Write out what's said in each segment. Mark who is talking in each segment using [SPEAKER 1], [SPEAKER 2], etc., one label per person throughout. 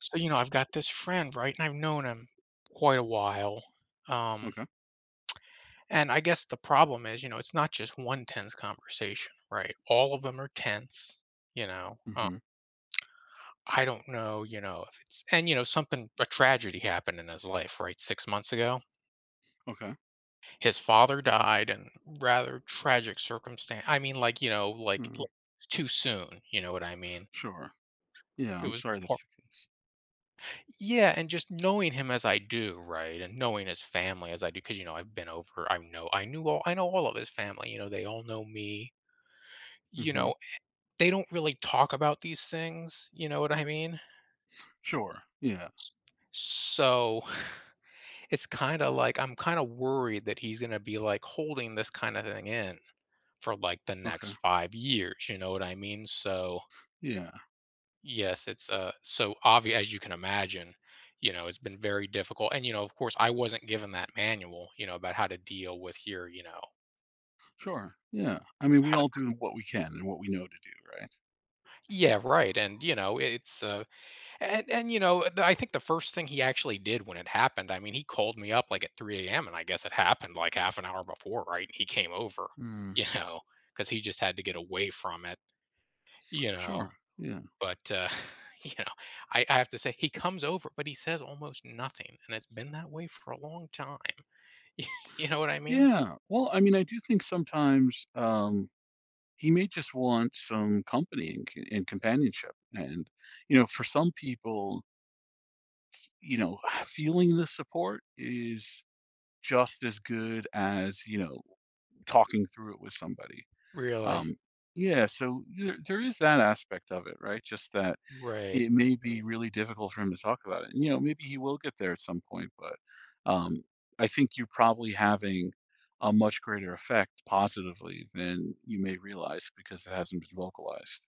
[SPEAKER 1] So, I've got this friend, right? And I've known him quite a while. Um,
[SPEAKER 2] Okay.
[SPEAKER 1] and I guess the problem is, it's not just one tense conversation, right? All of them are tense, you know. Uh,
[SPEAKER 2] Mhm.
[SPEAKER 1] I don't know, if it's, and, something, a tragedy happened in his life, right? 6 months ago,
[SPEAKER 2] Okay.
[SPEAKER 1] his father died in rather tragic circumstance. I mean, like,
[SPEAKER 2] Mm.
[SPEAKER 1] too soon, you know what I mean?
[SPEAKER 2] Sure. Yeah,
[SPEAKER 1] It
[SPEAKER 2] I'm
[SPEAKER 1] was
[SPEAKER 2] sorry that's the case.
[SPEAKER 1] Yeah, and just knowing him as I do, right, and knowing his family as I do, because you know I've been over, I know all of his family. They all know me. You
[SPEAKER 2] Mhm.
[SPEAKER 1] know, they don't really talk about these things. You know what I mean?
[SPEAKER 2] Sure. Yeah.
[SPEAKER 1] So, it's kind of like I'm kind of worried that he's gonna be like holding this kind of thing in for like the
[SPEAKER 2] Okay.
[SPEAKER 1] next 5 years. You know what I mean? So,
[SPEAKER 2] Yeah.
[SPEAKER 1] yes, it's, so obvious as you can imagine, it's been very difficult, and, of course, I wasn't given that manual, about how to deal with your,
[SPEAKER 2] Sure. Yeah. I mean, we all
[SPEAKER 1] product.
[SPEAKER 2] do what we can and what we know to do, right?
[SPEAKER 1] Yeah, right, and, it's, and, the I think the first thing he actually did when it happened, I mean, he called me up, like, at 3 a.m., and I guess it happened, like, half an hour before, right? And he came over,
[SPEAKER 2] Mm.
[SPEAKER 1] you know, because he just had to get away from it, you know?
[SPEAKER 2] Sure. Yeah.
[SPEAKER 1] But, you know, I have to say he comes over, but he says almost nothing, and it's been that way for a long time. You know what I mean?
[SPEAKER 2] Yeah. Well, I mean, I do think sometimes he may just want some company and, and companionship. And, you know, for some people, you know, feeling the support is just as good as, you know, talking through it with somebody.
[SPEAKER 1] Really?
[SPEAKER 2] Um, yeah, so there is that aspect of it, right? Just that
[SPEAKER 1] Right.
[SPEAKER 2] it may be really difficult for him to talk about it. And, you know, maybe he will get there at some point, but um, I think you're probably having a much greater effect positively than you may realize because it hasn't been vocalized.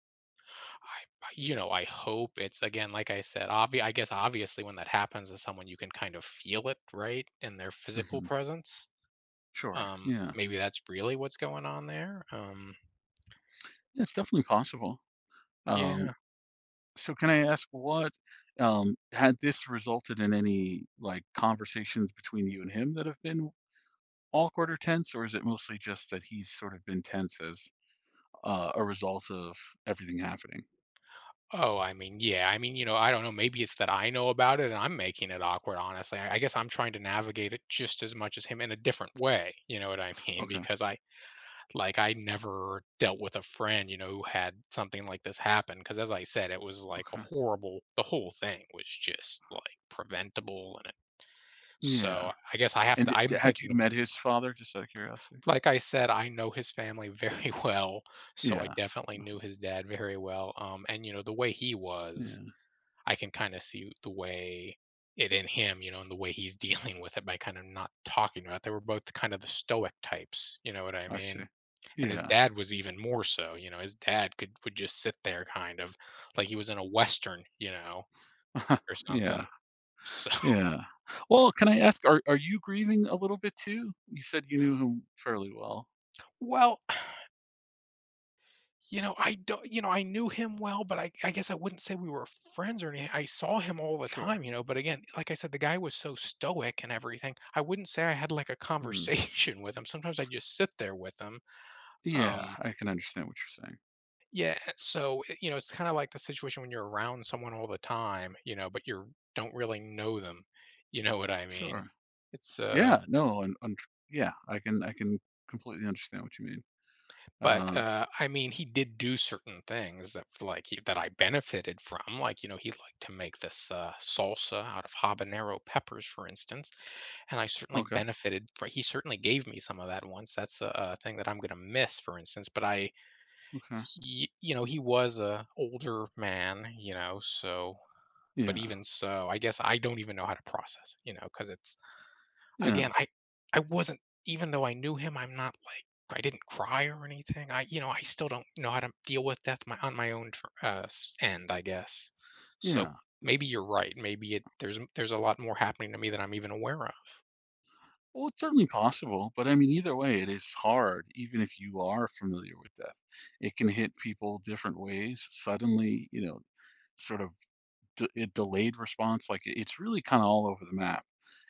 [SPEAKER 1] I I hope it's again, like I said, obvi I guess obviously when that happens to someone, you can kind of feel it, right, in their physical
[SPEAKER 2] Hmm.
[SPEAKER 1] presence.
[SPEAKER 2] Sure.
[SPEAKER 1] Um,
[SPEAKER 2] Yeah.
[SPEAKER 1] maybe that's really what's going on there. Um,
[SPEAKER 2] Yeah, it's definitely possible. Um,
[SPEAKER 1] yeah.
[SPEAKER 2] so can I ask what had this resulted in any like conversations between you and him that have been all quarter tense, or is it mostly just that he's sort of been tense as a result of everything happening?
[SPEAKER 1] Oh, I mean, yeah. I mean, I don't know. Maybe it's that I know about it and I'm making it awkward, honestly. I guess I'm trying to navigate it just as much as him in a different way. You know what I mean?
[SPEAKER 2] Okay,
[SPEAKER 1] Because I, like, I never dealt with a friend, who had something like this happen. Because as I said, it was like a
[SPEAKER 2] okay,
[SPEAKER 1] horrible, the whole thing was just like preventable. And it, so
[SPEAKER 2] yeah.
[SPEAKER 1] I guess I have
[SPEAKER 2] And
[SPEAKER 1] to,
[SPEAKER 2] d d
[SPEAKER 1] I'm
[SPEAKER 2] had
[SPEAKER 1] thinking,
[SPEAKER 2] you
[SPEAKER 1] of-
[SPEAKER 2] met his father, just out of curiosity?
[SPEAKER 1] like I said, I know his family very well. So I
[SPEAKER 2] Yeah,
[SPEAKER 1] definitely
[SPEAKER 2] uh,
[SPEAKER 1] knew his dad very well. And, the way he was.
[SPEAKER 2] yeah,
[SPEAKER 1] I can kind of see the way it in him, and the way he's dealing with it by kind of not talking about it. They were both kind of the stoic types, you know what I
[SPEAKER 2] I
[SPEAKER 1] mean?
[SPEAKER 2] see.
[SPEAKER 1] And his
[SPEAKER 2] Yeah,
[SPEAKER 1] dad was even more so, his dad could would just sit there kind of like he was in a western, or something.
[SPEAKER 2] yeah,
[SPEAKER 1] So,
[SPEAKER 2] yeah. Well, can I ask, are you grieving a little bit too? You said you knew him fairly well.
[SPEAKER 1] well, I don't, I knew him well, but I guess I wouldn't say we were friends or anything. I saw him all the time,
[SPEAKER 2] Sure.
[SPEAKER 1] but again, like I said, the guy was so stoic and everything. I wouldn't say I had like a
[SPEAKER 2] Hmm.
[SPEAKER 1] conversation with him. Sometimes I just sit there with him.
[SPEAKER 2] Yeah,
[SPEAKER 1] Um,
[SPEAKER 2] I can understand what you're saying.
[SPEAKER 1] yeah, so, I it's kinda like the situation when you're around someone all the time, but you don't really know them, you know what I mean?
[SPEAKER 2] Sure.
[SPEAKER 1] It's, uh
[SPEAKER 2] Yeah, no, and yeah, I can completely understand what you mean.
[SPEAKER 1] but,
[SPEAKER 2] Uh,
[SPEAKER 1] I mean, he did do certain things that f like, he that I benefited from, like, he liked to make this, salsa out of habanero peppers, for instance, and I certainly
[SPEAKER 2] okay.
[SPEAKER 1] benefited fr he certainly gave me some of that once, that's a thing that I'm gonna miss, for instance, but I
[SPEAKER 2] Okay.
[SPEAKER 1] y he was a older man, so, but
[SPEAKER 2] Yeah.
[SPEAKER 1] even so, I guess I don't even know how to process, because it's
[SPEAKER 2] Yeah.
[SPEAKER 1] again, I wasn't even though I knew him, I'm not like I didn't cry or anything. I you know I still don't know how to deal with death, on my own end, I guess. So
[SPEAKER 2] Yeah.
[SPEAKER 1] maybe you're right. Maybe it there's a lot more happening to me than I'm even aware of.
[SPEAKER 2] Well, it's certainly possible, but I mean, either way, it is hard. Even if you are familiar with death, it can hit people different ways. Suddenly, you know, sort of a delayed response. Like it's really kind of all over the map.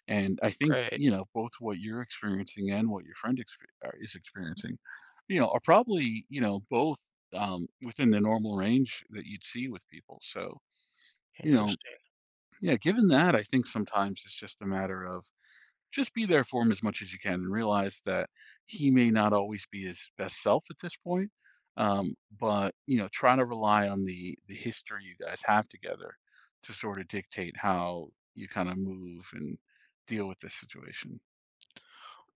[SPEAKER 2] And I think
[SPEAKER 1] Right.
[SPEAKER 2] you know both what you're experiencing and what your friend is experiencing, you know, are probably you know both within the normal range that you'd see with people. So you know,
[SPEAKER 1] Interesting.
[SPEAKER 2] yeah. Given that, I think sometimes it's just a matter of just be there for him as much as you can and realize that he may not always be his best self at this point. But you know, try to rely on the history you guys have together to sort of dictate how you kind of move and deal with this situation.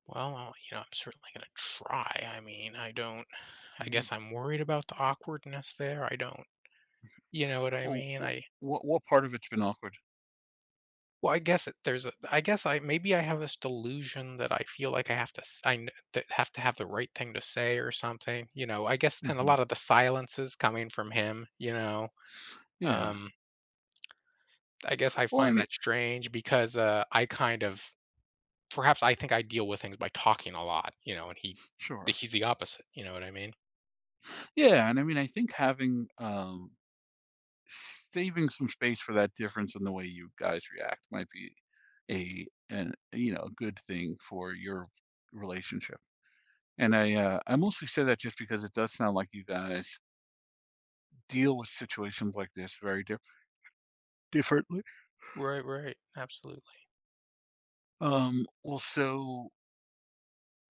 [SPEAKER 1] Well, I'm certainly going to try. I mean, I don't, I
[SPEAKER 2] Mhm.
[SPEAKER 1] guess I'm worried about the awkwardness there. I don't, you know what I
[SPEAKER 2] Well,
[SPEAKER 1] mean? I,
[SPEAKER 2] what part of it's been awkward?
[SPEAKER 1] well, I guess it there's a I maybe I have this delusion that I feel like I have to s I kn that have to have the right thing to say or something, I guess and a
[SPEAKER 2] Hmm.
[SPEAKER 1] lot of the silences coming from him,
[SPEAKER 2] Yeah.
[SPEAKER 1] um, I guess I
[SPEAKER 2] Well, I
[SPEAKER 1] find
[SPEAKER 2] mean,
[SPEAKER 1] that strange because, I kind of perhaps I think I deal with things by talking a lot, and he
[SPEAKER 2] sure.
[SPEAKER 1] he's the opposite, you know what I mean?
[SPEAKER 2] Yeah, and I mean, I think having saving some space for that difference in the way you guys react might be a an you know a good thing for your relationship and I mostly say that just because it does sound like you guys deal with situations like this very differently.
[SPEAKER 1] Right, right, absolutely.
[SPEAKER 2] Also,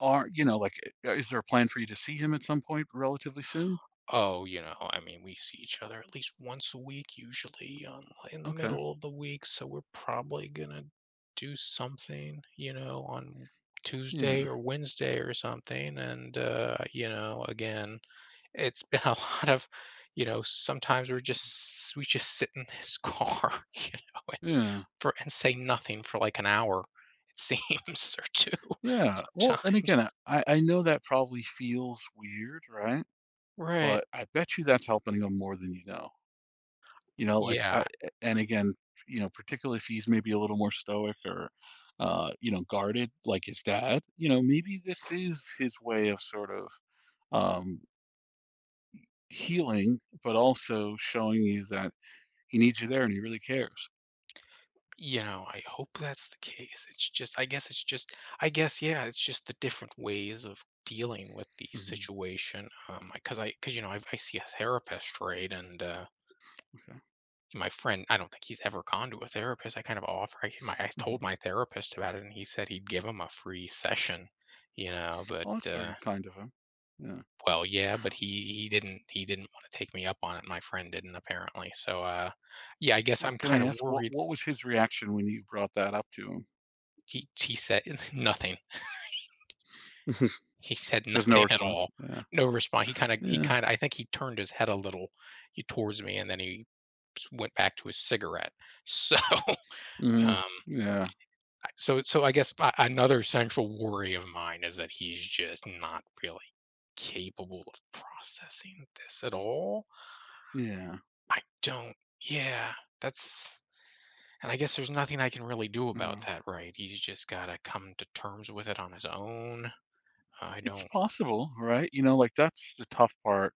[SPEAKER 2] are you know like, is there a plan for you to see him at some point relatively soon?
[SPEAKER 1] Oh, I mean, we see each other at least once a week, usually on in the
[SPEAKER 2] Okay,
[SPEAKER 1] middle of the week, so we're probably gonna do something, on Tuesday
[SPEAKER 2] yeah,
[SPEAKER 1] or Wednesday or something. And again, it's been a lot of, sometimes we just sit in this car, and
[SPEAKER 2] yeah,
[SPEAKER 1] for and say nothing for like an hour, it seems, or two
[SPEAKER 2] yeah. Well and again,
[SPEAKER 1] sometimes.
[SPEAKER 2] I know that probably feels weird right,
[SPEAKER 1] Right.
[SPEAKER 2] but I bet you that's helping him more than you know. You know, like,
[SPEAKER 1] Yeah.
[SPEAKER 2] I and again, you know, particularly if he's maybe a little more stoic or, you know, guarded like his dad, you know, maybe this is his way of sort of, um, healing, but also showing you that he needs you there and he really cares.
[SPEAKER 1] I hope that's the case. It's just I guess it's just I guess, yeah, it's just the different ways of dealing with the
[SPEAKER 2] Mhm,
[SPEAKER 1] situation, because because I see a therapist, right, and,
[SPEAKER 2] okay,
[SPEAKER 1] my friend I don't think he's ever gone to a therapist. I kind of offer I my I
[SPEAKER 2] mhm.
[SPEAKER 1] told my therapist about it, and he said he'd give him a free session, but,
[SPEAKER 2] Well, that's very kind of him. Yeah.
[SPEAKER 1] well, yeah, but he didn't wanna take me up on it, my friend didn't apparently, so, yeah, I guess
[SPEAKER 2] Well,
[SPEAKER 1] I'm
[SPEAKER 2] can
[SPEAKER 1] kind
[SPEAKER 2] I
[SPEAKER 1] of
[SPEAKER 2] ask
[SPEAKER 1] worried.
[SPEAKER 2] what was his reaction when you brought that up to him?
[SPEAKER 1] He said nothing. He said
[SPEAKER 2] Just no
[SPEAKER 1] nothing at
[SPEAKER 2] response?
[SPEAKER 1] all.
[SPEAKER 2] Yeah.
[SPEAKER 1] No response. He kinda he
[SPEAKER 2] Yeah.
[SPEAKER 1] kinda I think he turned his head a little y towards me, and then he s went back to his cigarette. So,
[SPEAKER 2] Mm.
[SPEAKER 1] um,
[SPEAKER 2] Yeah.
[SPEAKER 1] I so so I guess a another central worry of mine is that he's just not really capable of processing this at all.
[SPEAKER 2] Yeah.
[SPEAKER 1] I don't. Yeah. That's, and I guess there's nothing I can really do about
[SPEAKER 2] Yeah.
[SPEAKER 1] that, right? He's just gotta come to terms with it on his own. I
[SPEAKER 2] It's
[SPEAKER 1] don't.
[SPEAKER 2] possible, right? You know, like, that's the tough part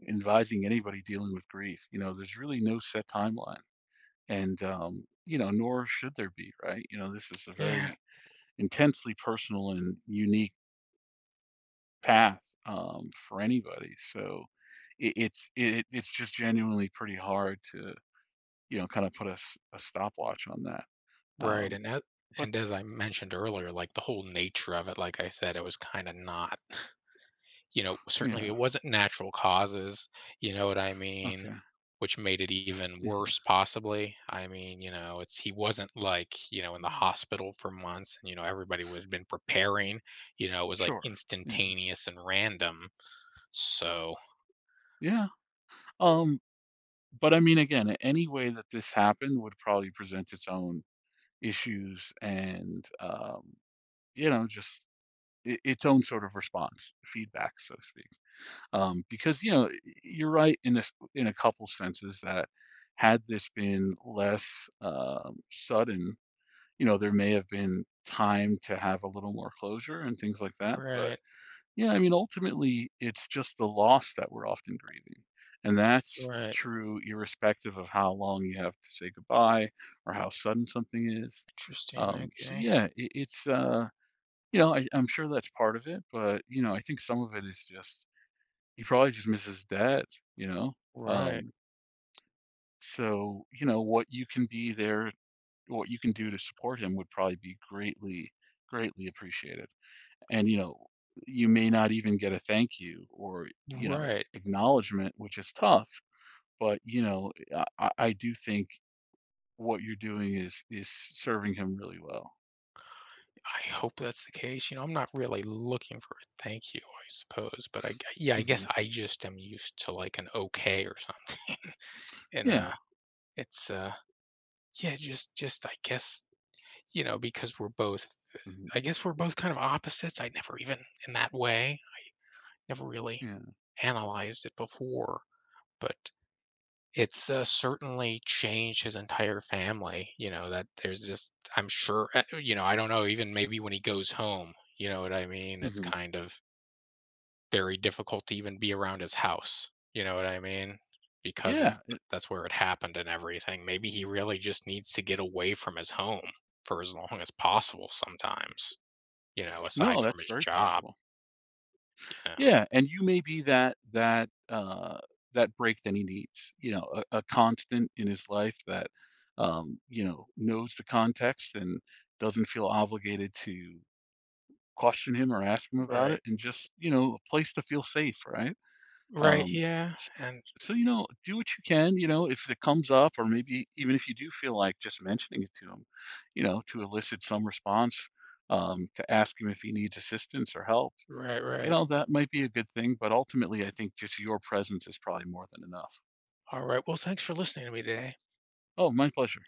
[SPEAKER 2] in advising anybody dealing with grief. You know, there's really no set timeline, and, you know, nor should there be, right? You know, this is a
[SPEAKER 1] Yeah.
[SPEAKER 2] very intensely personal and unique path, for anybody, so it it's just genuinely pretty hard to, you know, kinda put a stopwatch on that,
[SPEAKER 1] Right,
[SPEAKER 2] um,
[SPEAKER 1] and that
[SPEAKER 2] but
[SPEAKER 1] and as I mentioned earlier, like, the whole nature of it, like I said, it was kinda not, certainly
[SPEAKER 2] yeah,
[SPEAKER 1] it wasn't natural causes, you know what I mean,
[SPEAKER 2] okay,
[SPEAKER 1] which made it even
[SPEAKER 2] yeah.
[SPEAKER 1] worse possibly. I mean, it's he wasn't, like, in the
[SPEAKER 2] Mm.
[SPEAKER 1] hospital for months and, everybody was been preparing, it was, like,
[SPEAKER 2] Sure, yeah,
[SPEAKER 1] instantaneous and random, so.
[SPEAKER 2] yeah. um But I mean, again, any way that this happened would probably present its own issues and, you know, just I its own sort of response, feedback, so to speak. Because, you know, you're right in a s in a couple senses that had this been less, sudden, you know, there may have been time to have a little more closure and things like that, but
[SPEAKER 1] Right,
[SPEAKER 2] yeah, I mean, ultimately, it's just the loss that we're often grieving, and that's
[SPEAKER 1] right.
[SPEAKER 2] true irrespective of how long you have to say goodbye or how sudden something is.
[SPEAKER 1] Interesting,
[SPEAKER 2] So
[SPEAKER 1] okay.
[SPEAKER 2] yeah, it's you know, I'm sure that's part of it, but you know, I think some of it is just he probably just misses dad, you know.
[SPEAKER 1] Right,
[SPEAKER 2] Um, so you know, what you can be there, what you can do to support him would probably be greatly, greatly appreciated, and you know you may not even get a thank you or you know
[SPEAKER 1] right.
[SPEAKER 2] acknowledgement which is tough, but you know I I do think what you're doing is serving him really well.
[SPEAKER 1] I hope that's the case. I'm not really looking for a thank you, I suppose, but I g yeah, I guess
[SPEAKER 2] Hmm.
[SPEAKER 1] I just am used to, like, an okay or something, and,
[SPEAKER 2] Yeah.
[SPEAKER 1] it's, uh yeah, just I guess, because we're both
[SPEAKER 2] Hmm.
[SPEAKER 1] I guess we're both kind of opposites. I never even in that way, never really
[SPEAKER 2] Yeah.
[SPEAKER 1] analyzed it before, but it's, certainly changed his entire family, that there's just I'm sure, I don't know, even maybe when he goes home, you know what I mean? It's
[SPEAKER 2] Hmm.
[SPEAKER 1] kind of very difficult to even be around his house, you know what I mean? Because of
[SPEAKER 2] Yeah. It-
[SPEAKER 1] that's where it happened and everything. Maybe he really just needs to get away from his home for as long as possible sometimes,
[SPEAKER 2] no,
[SPEAKER 1] aside from
[SPEAKER 2] that's
[SPEAKER 1] his
[SPEAKER 2] very
[SPEAKER 1] job,
[SPEAKER 2] possible.
[SPEAKER 1] you know.
[SPEAKER 2] Yeah and you may be that that break that he needs, you know, a constant in his life that you know knows the context and doesn't feel obligated to question him or ask him about it
[SPEAKER 1] Right.
[SPEAKER 2] and just, you know, a place to feel safe, right?
[SPEAKER 1] Right.
[SPEAKER 2] Um,
[SPEAKER 1] Yeah.
[SPEAKER 2] s-
[SPEAKER 1] And
[SPEAKER 2] so, you know, do what you can, you know, if it comes up, or maybe even if you do feel like just mentioning it to him, you know, to elicit some response, to ask him if he needs assistance or help.
[SPEAKER 1] right.
[SPEAKER 2] You
[SPEAKER 1] Right.
[SPEAKER 2] know, that might be a good thing, but ultimately, I think just your presence is probably more than enough.
[SPEAKER 1] All right. Well, thanks for listening to me today.
[SPEAKER 2] Oh, my pleasure.